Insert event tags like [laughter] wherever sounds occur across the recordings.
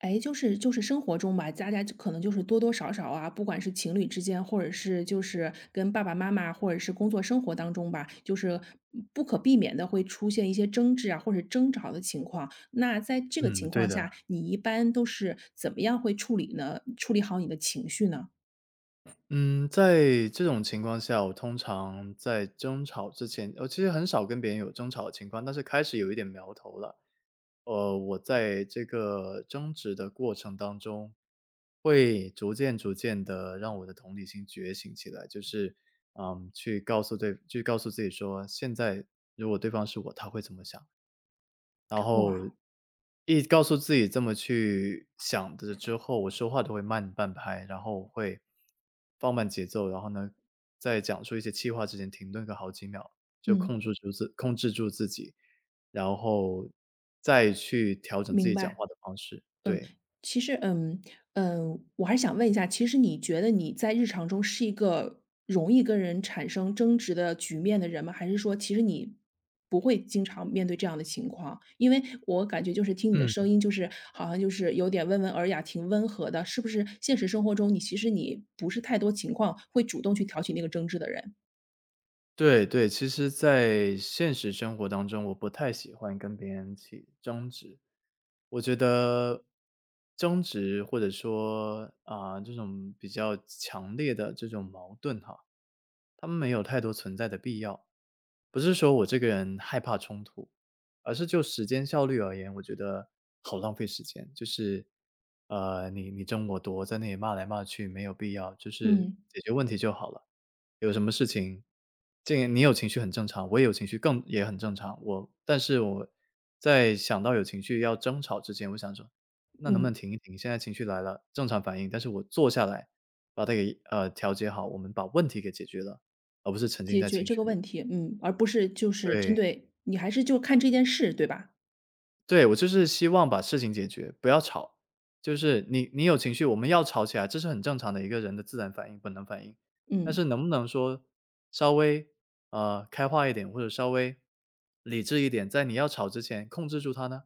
哎，就是生活中吧，大家就可能就是多多少少啊，不管是情侣之间，或者是就是跟爸爸妈妈，或者是工作生活当中吧，就是不可避免的会出现一些争执啊，或者争吵的情况。那在这个嗯，情对况的。下，你一般都是怎么样会处理呢？处理好你的情绪呢？嗯，在这种情况下，我通常在争吵之前我其实很少跟别人有争吵的情况，但是开始有一点苗头了。我在这个争执的过程当中，会逐渐的让我的同理心觉醒起来，就是，嗯，去告诉自己说，现在如果对方是我，他会怎么想？然后哇，一告诉自己这么去想的之后，我说话都会慢半拍，然后会放慢节奏，然后呢，在讲出一些气话之前停顿个好几秒，就嗯，控制住自己，然后再去调整自明己讲白。话的方式，嗯，对。其实，嗯，嗯，我还是想问一下，其实你觉得你在日常中是一个容易跟人产生争执的局面的人吗？还是说其实你不会经常面对这样的情况？因为我感觉就是听你的声嗯。音，就是好像就是有点温文尔雅，挺温和的，是不是现实生活中你其实你不是太多情况会主动去挑起那个争执的人？对对，其实在现实生活当中，我不太喜欢跟别人起争执。我觉得争执或者说啊、这种比较强烈的这种矛盾哈，他们没有太多存在的必要。不是说我这个人害怕冲突，而是就时间效率而言，我觉得好浪费时间。就是，你争我夺，在那里骂来骂去没有必要，就是嗯解决问题就好了。有什么事情，这你有情绪很正常，我也有情绪更也很正常。但是我在想到有情绪要争吵之前，我想说，那能不能嗯，停一停？现在情绪来了，正常反应，但是我坐下来把它给调节好，我们把问题给解决了，而不是沉浸解在决情这绪个里。问题，嗯，而不是就是针对，对你，还是就看这件事，对吧？对，我就是希望把事情解决，不要吵。就是你有情绪，我们要吵起来，这是很正常的一个人的自然反应、本能反应。但嗯是能不能说稍微，开化一点，或者稍微理智一点，在你要吵之前控制住它呢？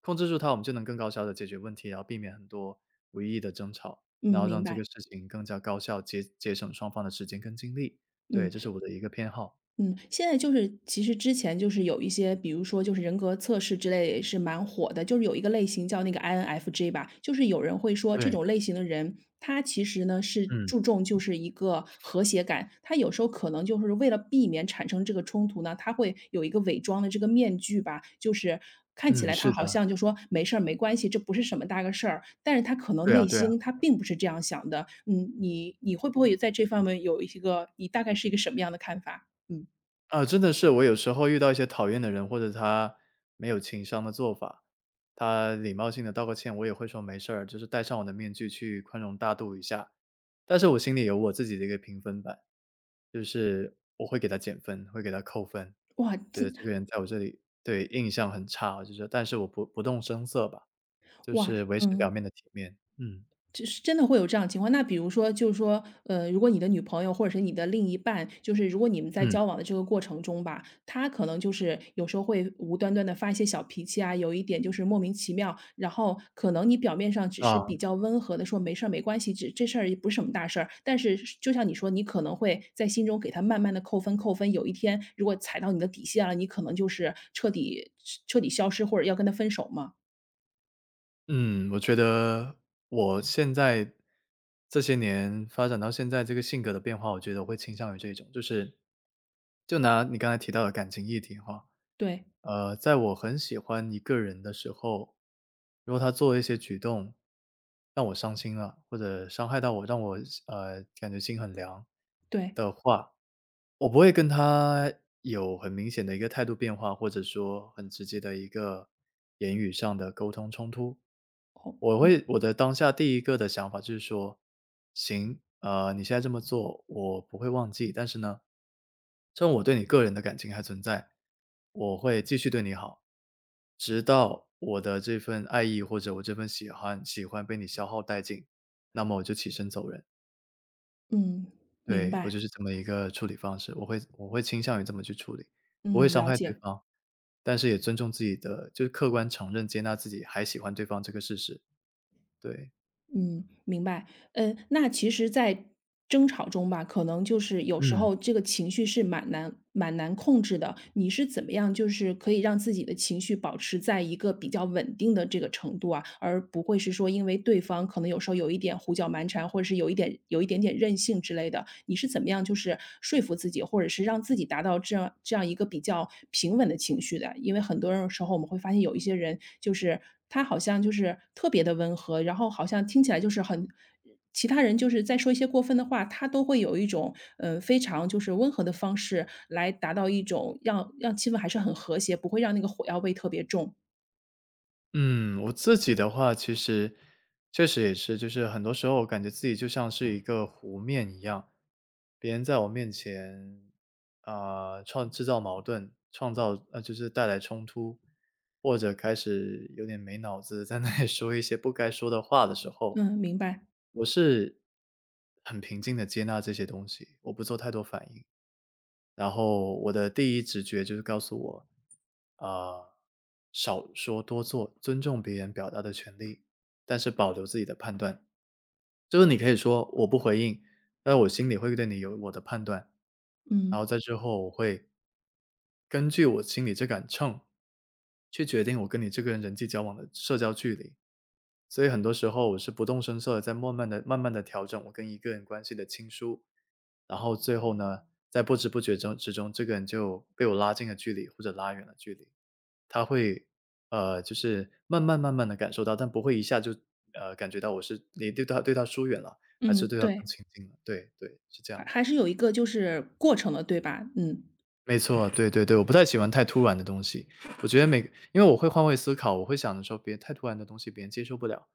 控制住它，我们就能更高效的解决问题，然后避免很多无意义的争吵，嗯，然后明让这个白，事情更加高效，节省双方的时间跟精力。对，嗯。这是我的一个偏好。嗯，现在就是其实之前就是有一些，比如说就是人格测试之类是蛮火的，就是有一个类型叫那个 INFJ 吧，就是有人会说这对，种类型的人，他其实呢是嗯，注重就是一个和谐感，他有时候可能就是为了避免产生这个冲突呢，他会有一个伪装的这个面具吧，就是看起嗯，来他是好的，像就说没事儿没关系，这不是什么大个事儿，但是他可能对啊内对啊。心他并不是这样想的。嗯，你会不会在这方面有一个你大概是一个什么样的看法？嗯。啊，真的是，我有时候遇到一些讨厌的人，或者他没有情商的做法，他礼貌性的道个歉，我也会说没事儿，就是戴上我的面具去宽容大度一下。但是我心里有我自己的一个评分板，就是我会给他减分，会给他扣分，哇，觉这得这个人在我这里对印象很差，就是但是我不动声色吧，就哇，是维持表嗯，面的体面。嗯，就是真的会有这样的情况。那比如说，就是说，如果你的女朋友或者是你的另一半，就是如果你们在嗯，交往的这个过程中吧，她可能就是有时候会无端端的发一些小脾气啊，有一点就是莫名其妙。然后可能你表面上只是啊。比较温和的说没事儿没关系，这事儿也不是什么大事儿。但是就像你说，你可能会在心中给他慢慢的扣分扣分。有一天如果踩到你的底线了，你可能就是彻底彻底消失，或者要跟他分手嘛。嗯，我觉得我现在这些年发展到现在这个性格的变化，我觉得我会倾向于这种，就是就拿你刚才提到的感情议题哈，对在我很喜欢一个人的时候，如果他做了一些举动让我伤心了，或者伤害到我，让我感觉心很凉，对。我不会跟他有很明显的一个态度变化，或者说很直接的一个言语上的沟通冲突。哦，你我的当下第一个的想法就是说，行，你现在这么做，我不会忘记，但是呢，趁我对你个人的感情还存在，我会继续对你好，直到我的这份爱意或者我这份喜欢被你消耗殆尽，那么我就起身走人。嗯，明对，我白，就是这么一个处理方式，我会倾向于这么去处理，不会嗯，伤了害对解，方，但是也尊重自己的，就是客观承认接纳自己还喜欢对方这个事实。对，嗯，明白。嗯，那其实在争吵中吧，可能就是有时嗯。候这个情绪是蛮难蛮难控制的。你是怎么样，就是可以让自己的情绪保持在一个比较稳定的这个程度啊，而不会是说因为对方可能有时候有一点胡搅蛮缠，或者是有一点有一点点任性之类的，你是怎么样就是说服自己，或者是让自己达到这样这样一个比较平稳的情绪的？因为很多人时候我们会发现有一些人就是他好像就是特别的温和，然后好像听起来就是很其他人就是再说一些过分的话，他都会有一种，非常就是温和的方式来达到一种让让气氛还是很和谐，不会让那个火药味特别重。嗯，我自己的话，其实确实也是，就是很多时候我感觉自己就像是一个湖面一样，别人在我面前制造矛盾，创造就是带来冲突，或者开始有点没脑子，在那里 [laughs] 说一些不该说的话的时候，嗯，明白。我是很平静的接纳这些东西，我不做太多反应。然后我的第一直觉就是告诉我，啊，少说多做，尊重别人表达的权利，但是保留自己的判断。就是你可以说我不回应，但我心里会对你有我的判断，然后嗯，在之后我会根据我心里这杆秤，去决定我跟你这个人人际交往的社交距离。所以很多时候我是不动声色的，在慢慢的、慢慢的调整我跟一个人关系的亲疏。然后最后呢，在不知不觉之中，这个人就被我拉近了距离或者拉远了距离。他会，就是慢慢慢慢的感受到，但不会一下就，感觉到我对他疏远了，还是嗯，对他更对，亲近了。对对，是这样还的。还是有一个就是过程的，对吧？嗯，没错，对对对，我不太喜欢太突然的东西。我觉得每因为我会换位思考，我会想着说别太突然的东西别人接受不了，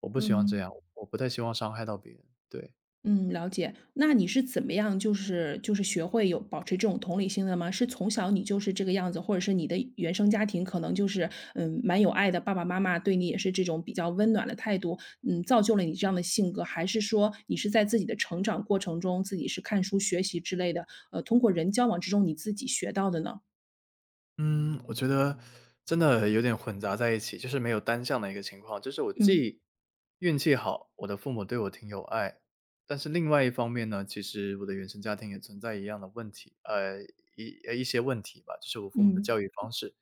我不希望这嗯。样，我不太希望伤害到别人，对。嗯，了解。那你是怎么样就是学会有保持这种同理心的吗？是从小你就是这个样子，或者是你的原生家庭可能就是，嗯，蛮有爱的，爸爸妈妈对你也是这种比较温暖的态度，嗯，造就了你这样的性格？还是说你是在自己的成长过程中，自己是看书学习之类的，通过人交往之中你自己学到的呢？嗯，我觉得真的有点混杂在一起，就是没有单向的一个情况。就是我嗯，既运气好，我的父母对我挺有爱，但是另外一方面呢，其实我的原生家庭也存在一样的问题，一些问题吧，就是我父母的嗯，教育方式，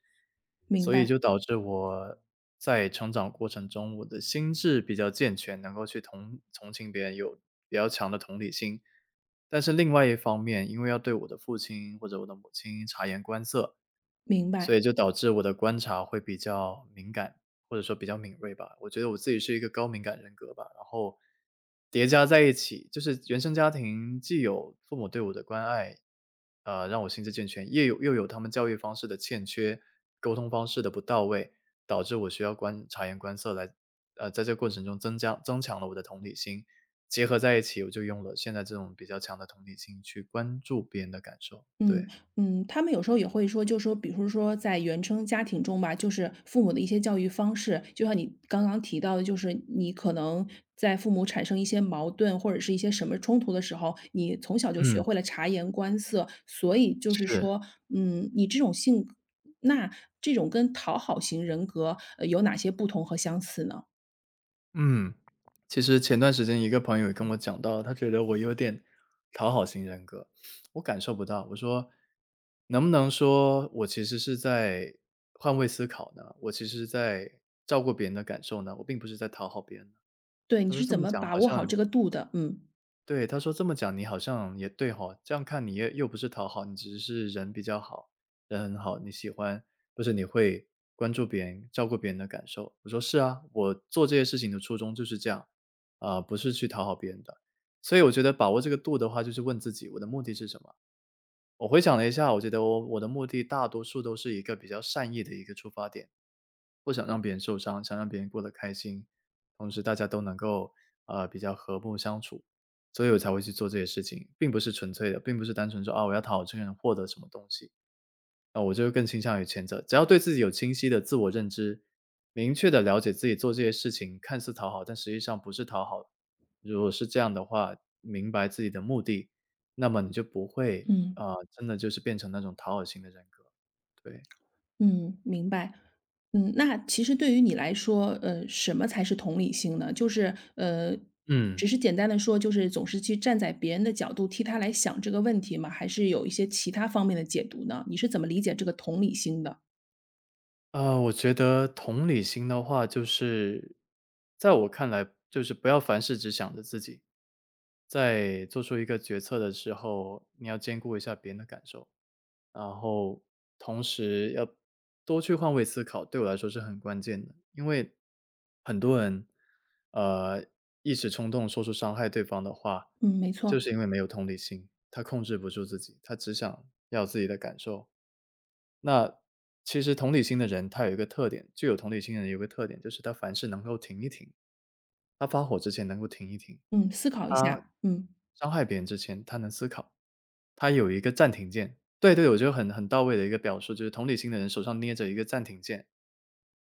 明所以白，就导致我在成长过程中，我的心智比较健全，能够去同情别人，有比较强的同理心。但是另外一方面，因为要对我的父亲或者我的母亲察言观色，明所白。以就导致我的观察会比较敏感，或者说比较敏锐吧。我觉得我自己是一个高敏感人格吧，然后叠加在一起，就是原生家庭既有父母对我的关爱，让我心智健全，又有他们教育方式的欠缺，沟通方式的不到位，导致我需要观察言观色来，在这个过程中增强了我的同理心，结合在一起，我就用了现在这种比较强的同理心去关注别人的感受，嗯对。嗯，他们有时候也会说，就说比如说在原生家庭中吧，就是父母的一些教育方式，就像你刚刚提到的，就是你可能在父母产生一些矛盾或者是一些什么冲突的时候，你从小就学嗯，会了察言观色，所以就是是。说，嗯，你这种性格，那这种跟讨好型人格，有哪些不同和相似呢？嗯，其实前段时间一个朋友也跟我讲到，他觉得我有点讨好型人格，我感受不到。我说，能不能说我其实是在换位思考呢？我其实是在照顾别人的感受呢，我并不是在讨好别人呢。对，你他说是这怎么么讲把好握好像这个度的？嗯对，他说这么讲你好像也对哈，这样看你也又不是讨好，你只是人比较好，人很好，你喜欢，或者你会关注别人，照顾别人的感受。我说是啊，我做这些事情的初衷就是这样，啊、不是去讨好别人的。所以我觉得把握这个度的话，就是问自己，我的目的是什么？我回想了一下，我觉得我的目的大多数都是一个比较善意的一个出发点，不想让别人受伤，想让别人过得开心，同时大家都能够比较和睦相处，所以我才会去做这些事情，并不是纯粹的，并不是单纯说啊我要讨好这个人获得什么东西，啊我就会更倾向于前者。只要对自己有清晰的自我认知，明确的了解自己做这些事情看似讨好，但实际上不是讨好。如果是这样的话，明白自己的目的，那么你就不会嗯。啊、真的就是变成那种讨好型的人格。对，嗯，明白。嗯，那其实对于你来说，什么才是同理心呢？就是，嗯，只是简单的说，就是总是去站在别人的角度替他来想这个问题吗？还是有一些其他方面的解读呢？你是怎么理解这个同理心的？我觉得同理心的话，就是在我看来，就是不要凡事只想着自己，在做出一个决策的时候，你要兼顾一下别人的感受，然后同时要多去换位思考，对我来说是很关键的。因为很多人，呃，一时冲动说出伤害对方的话，嗯，没就错。是因为没有同理心，他控制不住自己，他只想要自己的感受。那其实同理心的人，他有一个特点，具有同理心的人有个特点，就是他凡事能够停一停，他发火之前能够停一停，嗯，思考一他下。嗯伤害别人之前，他能思考，他有一个暂停键。对对，我觉得很到位的一个表述，就是同理心的人手上捏着一个暂停键，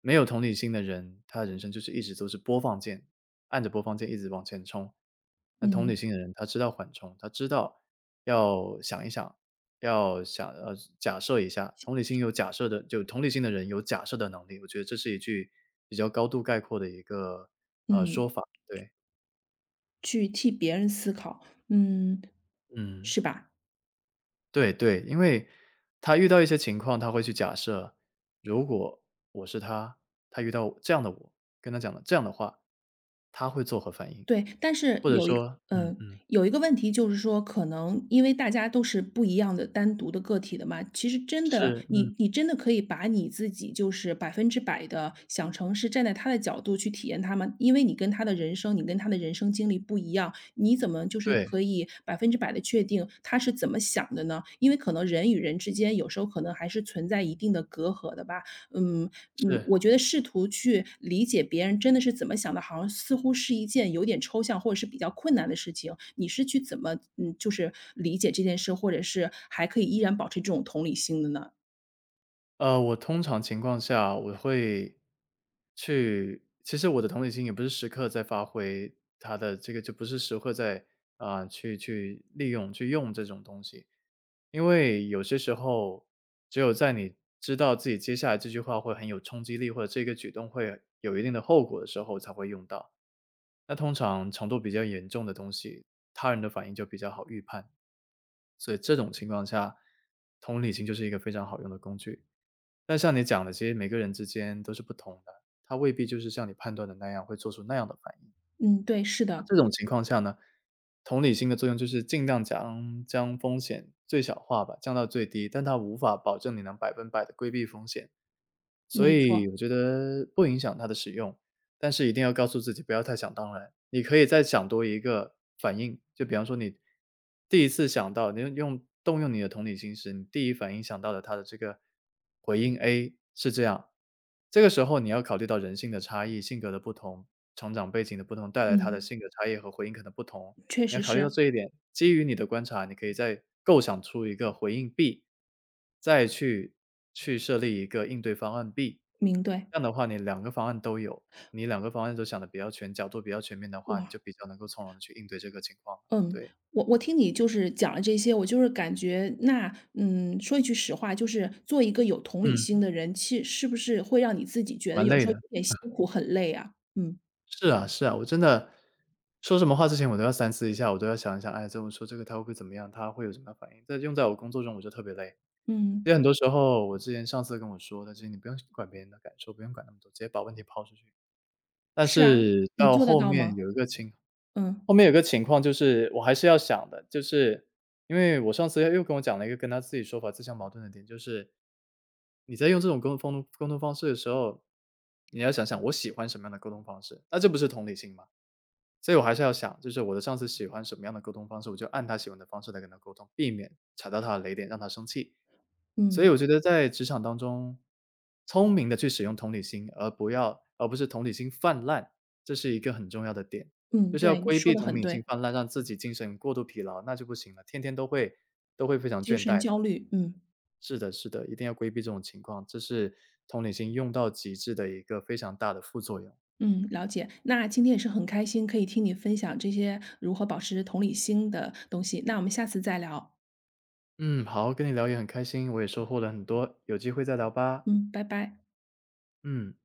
没有同理心的人，他的人生就是一直都是播放键，按着播放键一直往前冲。那同理嗯心的人，他知道缓冲，他知道要想一想，要想假设一下，同理心有假设的，就同理心的人有假设的能力，我觉得这是一句比较高度概括的一个。嗯，对，去替别人思考。嗯，嗯。是吧？对对，因为他遇到一些情况，他会去假设，如果我是他，他遇到这样的我，跟他讲了这样的话，他会作何反应？对，但是或者有一个说嗯嗯，嗯，有一个问题就是说，可能因为大家都是不一样的单独的个体的嘛，其实真的，是，嗯，你真的可以把你自己就是百分之百的想成是站在他的角度去体验他吗？因为你跟他的人生，你跟他的人生经历不一样，你怎么就是对，可以百分之百的确定他是怎么想的呢？因为可能人与人之间有时候可能还是存在一定的隔阂的吧，嗯嗯，是。我觉得试图去理解别人真的是怎么想的，好像似乎是一件有点抽象或者是比较困难的事情。你是去怎么嗯，就是理解这件事，或者是还可以依然保持这种同理心的呢？我通常情况下我会去其实我的同理心也不是时刻在发挥他的这个就不是时刻在，啊，去利用去用这种东西。因为有些时候，只有在你知道自己接下来这句话会很有冲击力，或者这个举动会有一定的后果的时候才会用到。那通常程度比较严重的东西，他人的反应就比较好预判，所以这种情况下，同理心就是一个非常好用的工具。但像你讲的，其实每个人之间都是不同的，他未必就是像你判断的那样会做出那样的反应。嗯，对，是那的，这种情况下呢，同理心的作用就是尽量将风险最小化吧，降到最低，但它无法保证你能百分百的规避风险。所没错，以我觉得不影响它的使用，但是一定要告诉自己不要太想当然。你可以再想多一个反应，就比方说你第一次想到，你动用你的同理心时，你第一反应想到的他的这个回应 A 是这样，这个时候你要考虑到人性的差异、性格的不同、成长背景的不同，带来他的嗯，性格差异和回应可能不同。确你要实考虑到是，这一点，基于你的观察，你可以再构想出一个回应 B，再去设立一个应对方案 B。明对，这样的话，你两个方案都有，你两个方案都想的比较全，角度比较全面的话，你就哇，比较能够从容的去应对这个情况了。嗯。对。我听你就是讲了这些，我就是感觉那嗯，说一句实话，就是做一个有同理心嗯。的人，其实是不是会让你自己觉得蛮有累时候的，有点辛苦、很累啊？嗯是啊是啊，我真的说什么话之前我都要三思一下，我都要想一想，哎，这么说这个他会不会怎么样？他会有什么样反应？这用在我工作中我就特别累。嗯。其实很多时候，我之前上司跟我说的，就是你不用管别人的感受，不用管那么多，直接把问题抛出去。但是啊，是你到做得后到面吗？有一个情嗯，后面有个情况就是我还是要想的，就是因为我上次又跟我讲了一个跟他自己说法自相矛盾的点，就是你在用这种沟通方式的时候，你要想想我喜欢什么样的沟通方式，那这不是同理心吗？所以我还是要想，就是我的上司喜欢什么样的沟通方式，我就按他喜欢的方式来跟他沟通，避免踩到他的雷点，让他生气。所以嗯，我觉得在职场当中，聪明的去使用同理心，而不是同理心泛滥，这是一个很重要的点。嗯，就是要对，你规避说的同很频性对，泛滥，让自己精神过度疲劳，那就不行了，天天都会非常精倦神怠焦的。虑，嗯，是的是的，一定要规避这种情况，这是同理心用到极致的一个非常大的副作用。嗯，了解。那今天也是很开心可以听你分享这些如何保持同理心的东西，那我们下次再聊，嗯，好，跟你聊也很开心，我也收获了很多，有机会再聊吧，嗯，拜拜。嗯。